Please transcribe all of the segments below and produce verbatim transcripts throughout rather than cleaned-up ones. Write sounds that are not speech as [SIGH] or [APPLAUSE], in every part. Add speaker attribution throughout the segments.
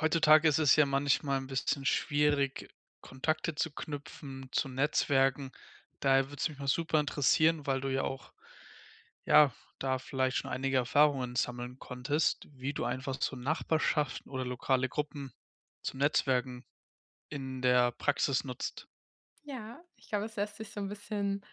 Speaker 1: Heutzutage ist es ja manchmal ein bisschen schwierig, Kontakte zu knüpfen, zu netzwerken. Daher würde es mich mal super interessieren, weil du ja auch, ja, da vielleicht schon einige Erfahrungen sammeln konntest, wie du einfach so Nachbarschaften oder lokale Gruppen zum Netzwerken in der Praxis nutzt.
Speaker 2: Ja, ich glaube, es lässt sich so ein bisschen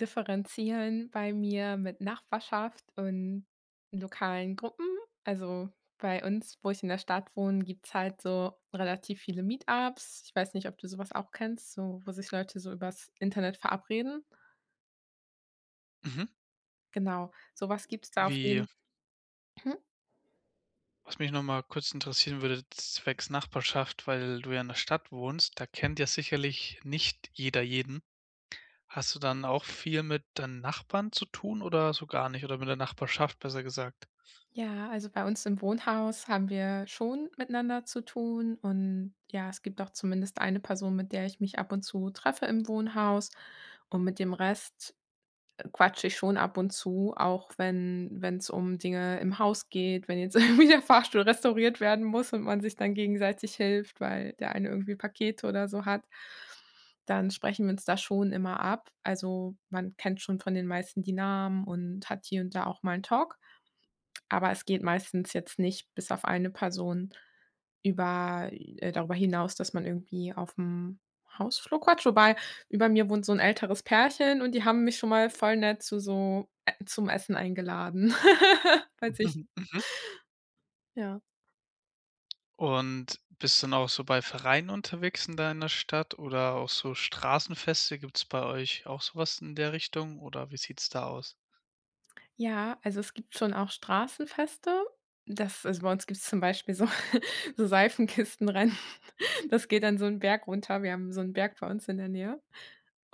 Speaker 2: differenzieren bei mir mit Nachbarschaft und lokalen Gruppen. Also, bei uns, wo ich in der Stadt wohne, gibt's halt so relativ viele Meetups. Ich weiß nicht, ob du sowas auch kennst, so wo sich Leute so übers Internet verabreden?
Speaker 1: Mhm.
Speaker 2: Genau, sowas, was gibt's da auf
Speaker 1: Wie
Speaker 2: jeden.
Speaker 1: Was mich noch mal kurz interessieren würde, zwecks Nachbarschaft: Weil du ja in der Stadt wohnst, da kennt ja sicherlich nicht jeder jeden. Hast du dann auch viel mit deinen Nachbarn zu tun oder so gar nicht, oder mit der Nachbarschaft besser gesagt?
Speaker 2: Ja, also bei uns im Wohnhaus haben wir schon miteinander zu tun und ja, es gibt auch zumindest eine Person, mit der ich mich ab und zu treffe im Wohnhaus, und mit dem Rest äh, quatsche ich schon ab und zu, auch wenn wenn es um Dinge im Haus geht, wenn jetzt [LAUGHS] irgendwie der Fahrstuhl restauriert werden muss und man sich dann gegenseitig hilft, weil der eine irgendwie Pakete oder so hat, dann sprechen wir uns da schon immer ab. Also, man kennt schon von den meisten die Namen und hat hier und da auch mal 'n Talk. Aber es geht meistens jetzt nicht bis auf eine Person über äh, darüber hinaus, dass man irgendwie aufm Hausflur quatscht. Wobei über mir wohnt so 'n älteres Pärchen und die haben mich schon mal voll nett zu so e zum Essen eingeladen, [LAUGHS] falls ich,
Speaker 1: Mhm, mhm.
Speaker 2: ja.
Speaker 1: Und bist du dann auch so bei Vereinen unterwegs in deiner Stadt, oder auch so Straßenfeste? Gibt's bei euch auch sowas in der Richtung, oder wie sieht's da aus?
Speaker 2: Ja, also, es gibt schon auch Straßenfeste. Das also, bei uns gibt's zum Beispiel so [LAUGHS] so Seifenkistenrennen. Das geht dann so 'n Berg runter. Wir haben so 'n Berg bei uns in der Nähe.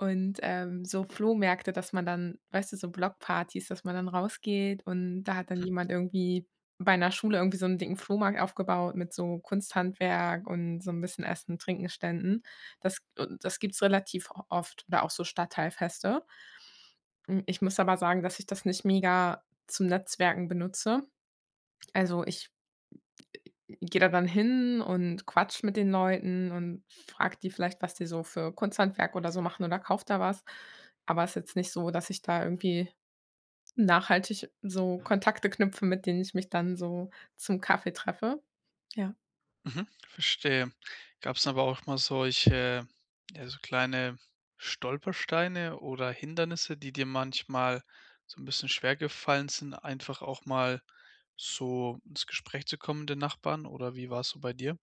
Speaker 2: Und, ähm, so Flohmärkte, dass man dann, weißt du, so Blockpartys, dass man dann rausgeht und da hat dann jemand irgendwie bei einer Schule irgendwie so einen dicken Flohmarkt aufgebaut mit so Kunsthandwerk und so ein bisschen Essen-, Trinken Ständen. Das und das gibt's relativ o oft, oder auch so Stadtteilfeste. Hm, ich muss aber sagen, dass ich das nicht mega zum Netzwerken benutze. Also, ich Geht er dann hin und quatscht mit den Leuten und fragt die vielleicht, was die so für Kunsthandwerk oder so machen oder kauft da was. Aber es ist jetzt nicht so, dass ich da irgendwie nachhaltig so Kontakte knüpfe, mit denen ich mich dann so zum Kaffee treffe. Ja.
Speaker 1: Mhm, verstehe. Gab's denn aber auch mal solche, ja, so kleine Stolpersteine oder Hindernisse, die dir manchmal so ein bisschen schwer gefallen sind, einfach auch mal so ins Gespräch zu kommen mit den Nachbarn, oder wie war es so bei dir?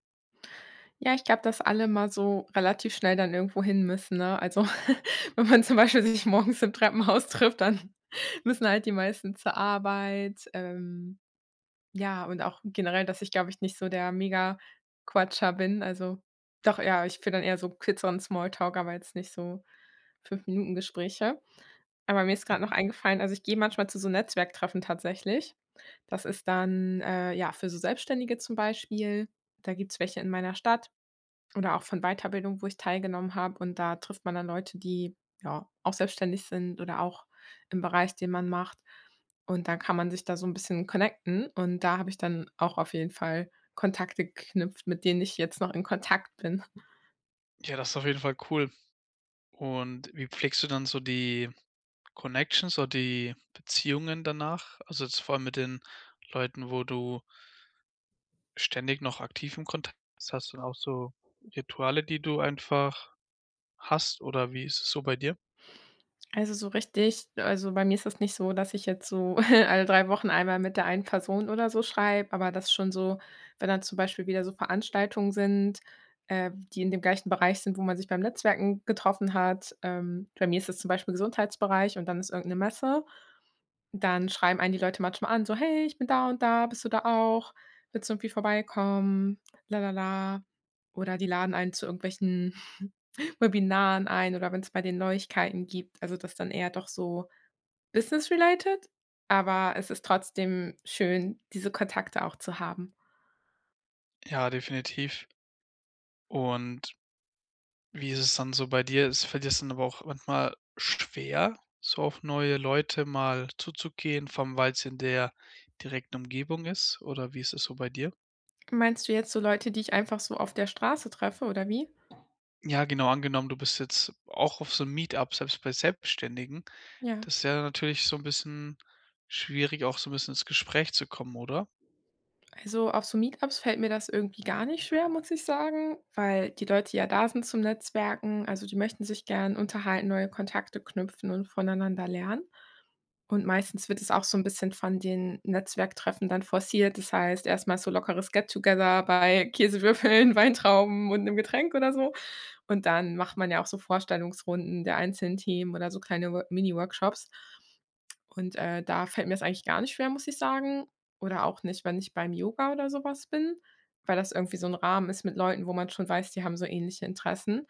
Speaker 2: Ja, ich glaube, dass alle mal so relativ schnell dann irgendwo hin müssen, ne? Also, [LAUGHS] wenn man zum Beispiel sich morgens im Treppenhaus trifft, dann [LAUGHS] müssen halt die meisten zur Arbeit, ähm Ja, und auch generell, dass ich, glaube ich, nicht so der Mega-Quatscher bin. Also doch, ja, ich führe dann eher so kürzeren Smalltalk, aber jetzt nicht so fünf -Minuten-Gespräche. Aber mir ist gerade noch eingefallen, also ich gehe manchmal zu so Netzwerktreffen tatsächlich. Das ist dann, äh, ja, für so Selbstständige zum Beispiel. Da gibt's welche in meiner Stadt. Oder auch von Weiterbildung, wo ich teilgenommen habe, und da trifft man dann Leute, die, ja, auch selbstständig sind oder auch im Bereich, den man macht, und dann kann man sich da so ein bisschen connecten, und da habe ich dann auch auf jeden Fall Kontakte geknüpft, mit denen ich jetzt noch in Kontakt bin.
Speaker 1: Ja, das ist auf jeden Fall cool. Und wie pflegst du dann so die Connections oder die Beziehungen danach? Also jetzt vor allem mit den Leuten, wo du ständig noch aktiv im Kontakt bist, hast du dann auch so Rituale, die du einfach hast, oder wie ist es so bei dir?
Speaker 2: Also, so richtig also, bei mir ist das nicht so, dass ich jetzt so [LAUGHS] alle drei Wochen einmal mit der einen Person oder so schreibe, aber das schon so, wenn dann zum Beispiel wieder so Veranstaltungen sind, äh, die in dem gleichen Bereich sind, wo man sich beim Netzwerken getroffen hat. Ähm, bei mir ist das zum Beispiel Gesundheitsbereich, und dann ist irgendeine Messe. Dann schreiben einen die Leute manchmal an, so: „Hey, ich bin da und da, bist du da auch? Willst du irgendwie vorbeikommen? Lalala.“ Oder die laden einen zu irgendwelchen [LAUGHS] Webinaren ein, oder wenn es bei den Neuigkeiten gibt. Also, das dann eher doch so business related, aber es ist trotzdem schön, diese Kontakte auch zu haben.
Speaker 1: Ja, definitiv. Und Wie ist es dann so bei dir? Ist Fällt dir das dann aber auch manchmal schwer, so auf neue Leute mal zuzugehen, vor allem weil's in der direkten Umgebung ist, oder wie ist es so bei dir?
Speaker 2: Meinst du jetzt so Leute, die ich einfach so auf der Straße treffe, oder wie?
Speaker 1: Ja, genau, angenommen, du bist jetzt auch auf so 'n meet selbst bei Selbstständigen,
Speaker 2: Ja.
Speaker 1: das ist ja natürlich so 'n bisschen schwierig, auch so 'n bisschen ins Gespräch zu kommen, oder?
Speaker 2: Also auf so Meetups fällt mir das irgendwie gar nicht schwer, muss ich sagen, weil die Leute ja da sind zum Netzwerken. Also die möchten sich gern unterhalten, neue Kontakte knüpfen und voneinander lernen. Und meistens wird es auch so ein bisschen von den Netzwerktreffen dann forciert. Das heißt, erstmal so lockeres Get Together bei Käsewürfeln, [LAUGHS] Weintrauben und einem Getränk oder so. Und dann macht man ja auch so Vorstellungsrunden der einzelnen Themen oder so kleine Wor Mini-Workshops. Und, äh, da fällt mir es eigentlich gar nicht schwer, muss ich sagen. Oder auch nicht, wenn ich beim Yoga oder sowas bin, weil das irgendwie so ein Rahmen ist mit Leuten, wo man schon weiß, die haben so ähnliche Interessen.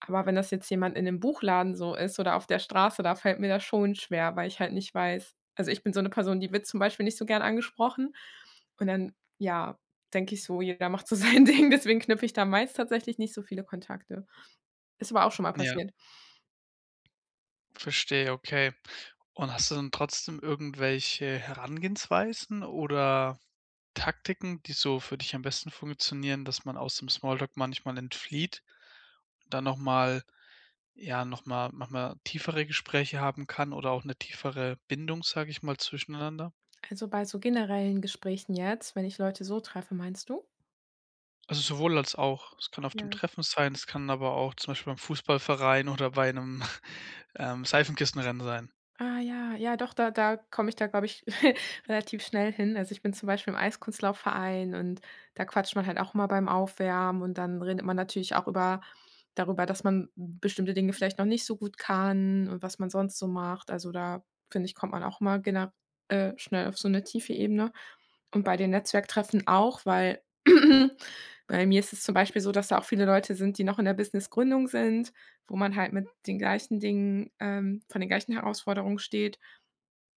Speaker 2: Aber wenn das jetzt jemand in 'nem Buchladen so ist oder auf der Straße, da fällt mir das schon schwer, weil ich halt nicht weiß, also, ich bin so eine Person, die wird zum Beispiel nicht so gern angesprochen. Und dann, ja, denke ich so, jeder macht so [LAUGHS] sein Ding, deswegen knüpfe ich da meist tatsächlich nicht so viele Kontakte. Ist aber auch schon mal
Speaker 1: Ja.
Speaker 2: passiert.
Speaker 1: Verstehe, okay. Und hast du dann trotzdem irgendwelche Herangehensweisen oder Taktiken, die so für dich am besten funktionieren, dass man aus dem Smalltalk manchmal entflieht und dann nochmal, ja, nochmal manchmal tiefere Gespräche haben kann oder auch eine tiefere Bindung, sage ich mal, zwischeneinander?
Speaker 2: Also, bei so generellen Gesprächen jetzt, wenn ich Leute so treffe, meinst du?
Speaker 1: Also, sowohl als auch. Es kann auf dem
Speaker 2: Ja.
Speaker 1: Treffen sein, es kann aber auch zum Beispiel beim Fußballverein oder bei einem [LAUGHS] ähm, Seifenkistenrennen sein.
Speaker 2: Ah ja, ja doch, da da komme ich da, glaube ich, [LAUGHS] relativ schnell hin. Also, ich bin zum Beispiel im Eiskunstlaufverein, und da quatscht man halt auch mal beim Aufwärmen, und dann redet man natürlich auch über darüber, dass man bestimmte Dinge vielleicht noch nicht so gut kann und was man sonst so macht. Also, da finde ich, kommt man auch mal gena äh, schnell auf so eine tiefe Ebene. Und bei den Netzwerktreffen auch, weil [CLEARS THROAT] bei mir ist es zum Beispiel so, dass da auch viele Leute sind, die noch in der Businessgründung sind, wo man halt mit den gleichen Dingen ähm, vor den gleichen Herausforderungen steht,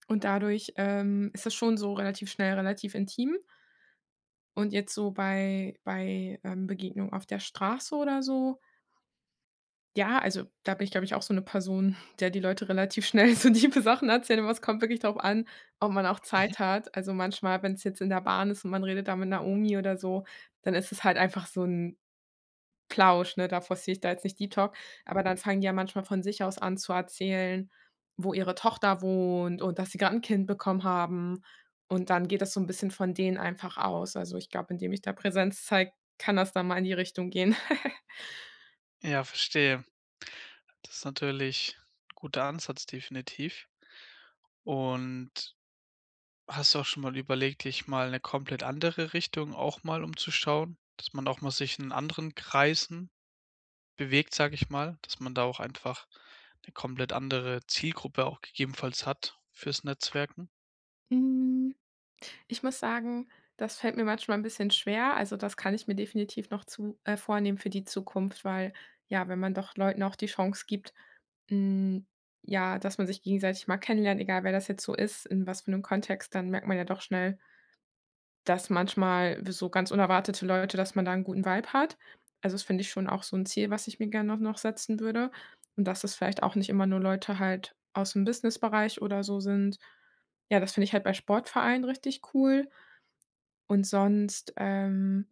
Speaker 2: und dadurch, ähm, ist das schon so relativ schnell relativ intim. Und jetzt so bei bei, ähm, Begegnungen auf der Straße oder so, ja, also da bin ich, glaube ich, auch so eine Person, [LAUGHS] der die Leute relativ schnell so tiefe Sachen erzählen, aber es kommt wirklich darauf an, ob man auch
Speaker 1: Mhm.
Speaker 2: Zeit hat. Also manchmal, wenn es jetzt in der Bahn ist und man redet da mit Naomi oder so, dann ist es halt einfach so 'n Plausch, ne? Da forciere ich da jetzt nicht Deep Talk, aber dann fangen die ja manchmal von sich aus an zu erzählen, wo ihre Tochter wohnt und dass sie grad 'n Kind bekommen haben. Und dann geht das so 'n bisschen von denen einfach aus. Also, ich glaube, indem ich da Präsenz zeige, kann das dann mal in die Richtung gehen. [LAUGHS]
Speaker 1: Ja, verstehe. Das ist natürlich 'n guter Ansatz, definitiv. Und hast du auch schon mal überlegt, dich mal eine komplett andere Richtung auch mal umzuschauen, dass man auch mal sich in anderen Kreisen bewegt, sage ich mal, dass man da auch einfach eine komplett andere Zielgruppe auch gegebenenfalls hat fürs Netzwerken?
Speaker 2: Hm. Ich muss sagen, das fällt mir manchmal ein bisschen schwer. Also, das kann ich mir definitiv noch zu äh, vornehmen für die Zukunft, weil, ja, wenn man doch Leuten auch die Chance gibt, hm, ja, dass man sich gegenseitig mal kennenlernt, egal wer das jetzt so ist, in was für einem Kontext, dann merkt man ja doch schnell, dass manchmal so ganz unerwartete Leute, dass man da einen guten Vibe hat. Also, das finde ich schon auch so ein Ziel, was ich mir gerne noch noch setzen würde, und dass es vielleicht auch nicht immer nur Leute halt aus dem Businessbereich oder so sind. Ja, das finde ich halt bei Sportvereinen richtig cool. Und sonst, ähm,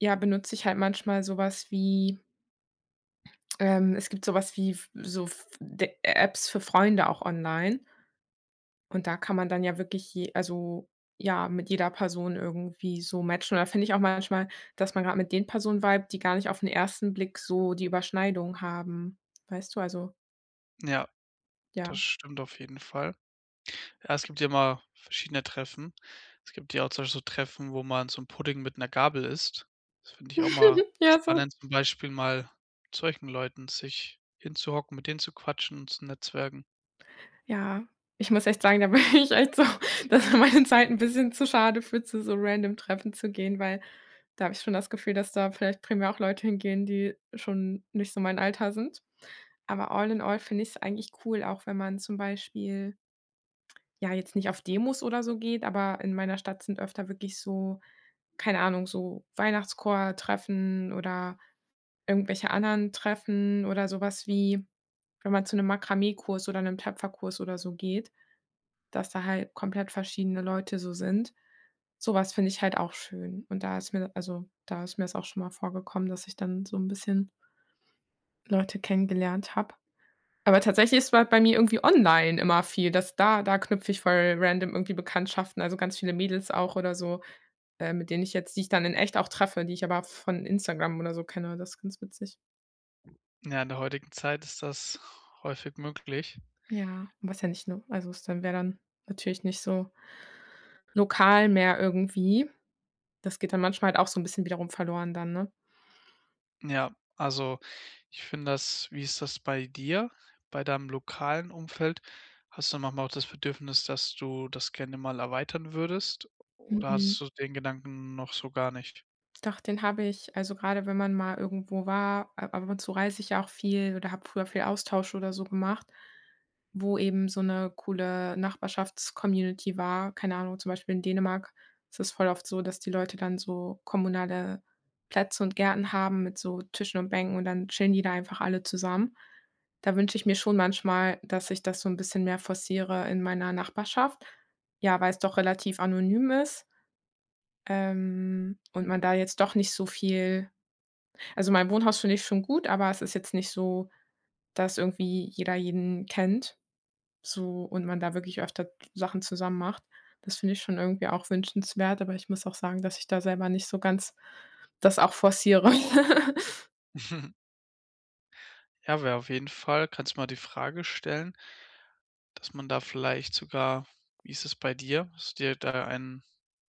Speaker 2: ja, benutze ich halt manchmal sowas wie ähm, es gibt sowas wie f so f de Apps für Freunde auch online. Und da kann man dann ja wirklich je also, ja, mit jeder Person irgendwie so matchen. Und da finde ich auch manchmal, dass man gerade mit den Personen vibet, die gar nicht auf den ersten Blick so die Überschneidung haben. Weißt du? Also,
Speaker 1: Ja,
Speaker 2: ja.
Speaker 1: das stimmt auf jeden Fall. Ja, es gibt ja immer verschiedene Treffen. Es gibt ja auch zum Beispiel so Treffen, wo man so 'n Pudding mit 'ner Gabel isst. Das finde ich auch mal
Speaker 2: Ja, so
Speaker 1: spannend, zum Beispiel mal mit solchen Leuten sich hinzuhocken, mit denen zu quatschen und zu netzwerken.
Speaker 2: ja. Ich muss echt sagen, da bin [LAUGHS] ich echt so, dass mir meine Zeit ein bisschen zu schade für, zu so random Treffen zu gehen, weil. Da habe ich schon das Gefühl, dass da vielleicht primär auch Leute hingehen, die schon nicht so mein Alter sind. Aber all in all finde ich's eigentlich cool, auch wenn man zum Beispiel, ja, jetzt nicht auf Demos oder so geht, aber in meiner Stadt sind öfter wirklich so, keine Ahnung, so Weihnachtschor-Treffen oder irgendwelche anderen Treffen oder so was wie, wenn man zu 'nem Makramee-Kurs oder 'nem Töpferkurs oder so geht. Dass da halt komplett verschiedene Leute so sind. sowas finde ich halt auch schön. Und da ist mir also, da ist mir es auch schon mal vorgekommen, dass ich dann so ein bisschen Leute kennengelernt habe. Aber tatsächlich ist bei bei mir irgendwie online immer viel, dass da da knüpfe ich voll random irgendwie Bekanntschaften, also ganz viele Mädels auch oder so, äh, mit denen ich jetzt, die ich dann in echt auch treffe, die ich aber von Instagram oder so kenne. Das ist ganz witzig.
Speaker 1: Ja, in der heutigen Zeit ist das häufig möglich.
Speaker 2: Ja, was ja nicht nur, also es dann wäre dann natürlich nicht so lokal mehr irgendwie. Das geht dann manchmal halt auch so ein bisschen wiederum verloren dann, ne?
Speaker 1: Ja, also, ich finde das, wie ist das bei dir, bei deinem lokalen Umfeld? Hast du manchmal auch das Bedürfnis, dass du das gerne mal erweitern würdest, oder
Speaker 2: Mhm.
Speaker 1: hattest du den Gedanken noch so gar nicht?
Speaker 2: Doch, den habe ich. Also, gerade wenn man mal irgendwo war, ab ab und zu reise ich ja auch viel oder habe früher viel Austausch oder so gemacht, wo eben so 'ne coole Nachbarschafts-Community war. Keine Ahnung, zum Beispiel in Dänemark ist es voll oft so, dass die Leute dann so kommunale Plätze und Gärten haben mit so Tischen und Bänken, und dann chillen die da einfach alle zusammen. Da wünsche ich mir schon manchmal, dass ich das so 'n bisschen mehr forciere in meiner Nachbarschaft, ja, weil's doch relativ anonym ist. Ähm, und man da jetzt doch nicht so viel, also, mein Wohnhaus finde ich schon gut, aber es ist jetzt nicht so, dass irgendwie jeder jeden kennt, so, und man da wirklich öfter Sachen zusammen macht. Das finde ich schon irgendwie auch wünschenswert, aber ich muss auch sagen, dass ich da selber nicht so ganz das auch forciere. [LAUGHS]
Speaker 1: [LAUGHS] Ja, wäre auf jeden Fall, kannst mal die Frage stellen, dass man da vielleicht sogar, wie ist es bei dir? Hast du dir da ein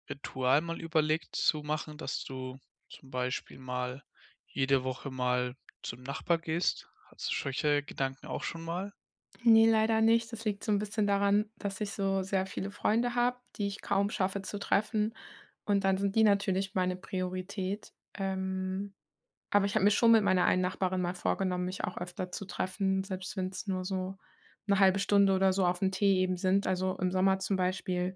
Speaker 1: Ritual mal überlegt zu machen, dass du zum Beispiel mal jede Woche mal zum Nachbar gehst? Hattest du solche Gedanken auch schon mal?
Speaker 2: Ne, leider nicht. Das liegt so 'n bisschen daran, dass ich so sehr viele Freunde habe, die ich kaum schaffe zu treffen, und dann sind die natürlich meine Priorität. Ähm Aber ich habe mir schon mit meiner einen Nachbarin mal vorgenommen, mich auch öfter zu treffen, selbst wenn es nur so eine halbe Stunde oder so auf 'n Tee eben sind. Also, im Sommer zum Beispiel,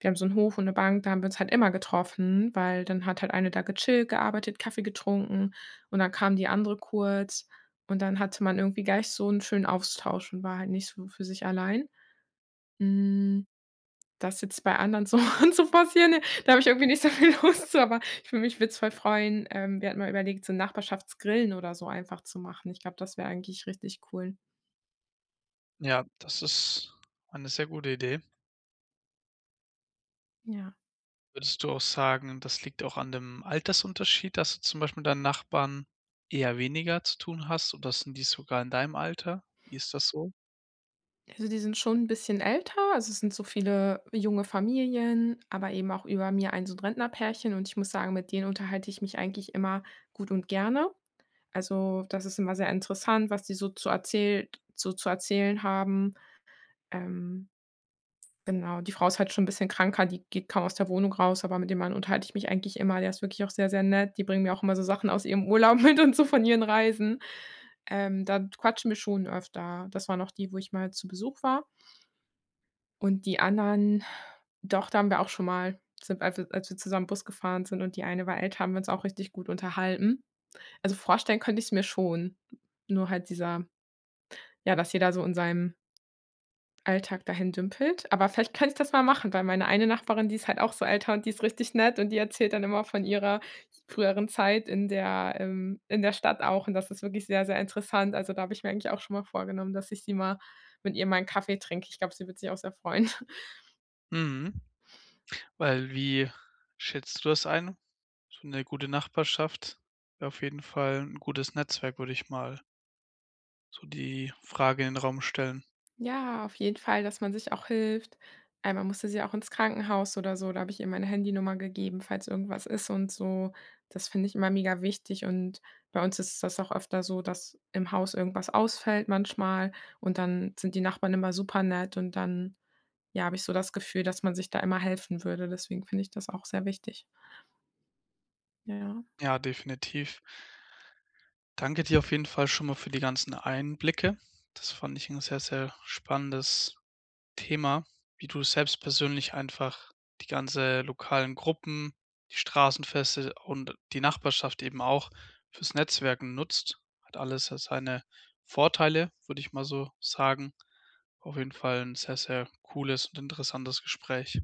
Speaker 2: wir haben so 'n Hof und 'ne Bank, da haben wir uns halt immer getroffen, weil dann hat halt eine da gechillt, gearbeitet, Kaffee getrunken und dann kam die andere kurz, und dann hatte man irgendwie gleich so 'n schönen Austausch und war halt nicht so für sich allein. Hm, das jetzt bei anderen so [LAUGHS] zu forcieren, ne, da habe ich irgendwie nicht so viel Lust zu, aber ich würde mich würde voll freuen. Ähm, wir hatten mal überlegt, so Nachbarschaftsgrillen oder so einfach zu machen. Ich glaube, das wäre eigentlich richtig cool.
Speaker 1: Ja, das ist eine sehr gute Idee.
Speaker 2: Ja.
Speaker 1: Würdest du auch sagen, das liegt auch an dem Altersunterschied, dass du zum Beispiel mit deinen Nachbarn eher weniger zu tun hast, oder sind die sogar in deinem Alter? Wie ist das so?
Speaker 2: Also, die sind schon ein bisschen älter, also, es sind so viele junge Familien, aber eben auch über mir ein so 'n Rentnerpärchen, und ich muss sagen, mit denen unterhalte ich mich eigentlich immer gut und gerne. Also, das ist immer sehr interessant, was die so zu erzählt so zu erzählen haben. Ähm Genau, die Frau ist halt schon ein bisschen kranker, die geht kaum aus der Wohnung raus, aber mit dem Mann unterhalte ich mich eigentlich immer. Der ist wirklich auch sehr, sehr nett. Die bringen mir auch immer so Sachen aus ihrem Urlaub [LAUGHS] mit und so von ihren Reisen. Ähm, da quatschen wir schon öfter. Das waren auch die, wo ich mal zu Besuch war. Und die anderen, doch, da haben wir auch schon mal, sind als wir als wir zusammen Bus gefahren sind und die eine war älter, haben wir uns auch richtig gut unterhalten. Also, vorstellen könnte ich's mir schon. Nur halt dieser, ja, dass jeder so in seinem Alltag dahin dümpelt. Aber vielleicht kann ich das mal machen, weil meine eine Nachbarin, die ist halt auch so älter und die ist richtig nett und die erzählt dann immer von ihrer früheren Zeit in der ähm, in der Stadt auch, und das ist wirklich sehr, sehr interessant. Also, da habe ich mir eigentlich auch schon mal vorgenommen, dass ich sie mal mit ihr mal 'n Kaffee trinke. Ich glaube, sie wird sich auch sehr freuen.
Speaker 1: Mhm. Weil, wie schätzt du das ein? So eine gute Nachbarschaft wäre auf jeden Fall ein gutes Netzwerk, würde ich mal so die Frage in den Raum stellen.
Speaker 2: Ja, auf jeden Fall, dass man sich auch hilft. Einmal musste sie auch ins Krankenhaus oder so, da habe ich ihr meine Handynummer gegeben, falls irgendwas ist und so. Das finde ich immer mega wichtig, und bei uns ist das auch öfter so, dass im Haus irgendwas ausfällt manchmal, und dann sind die Nachbarn immer super nett und dann, ja, habe ich so das Gefühl, dass man sich da immer helfen würde. Deswegen finde ich das auch sehr wichtig. Ja.
Speaker 1: Ja, definitiv. Danke dir auf jeden Fall schon mal für die ganzen Einblicke. Das fand ich ein sehr, sehr spannendes Thema, wie du selbst persönlich einfach die ganze lokalen Gruppen, die Straßenfeste und die Nachbarschaft eben auch fürs Netzwerken nutzt. Hat alles ja seine Vorteile, würde ich mal so sagen. Auf jeden Fall ein sehr, sehr cooles und interessantes Gespräch.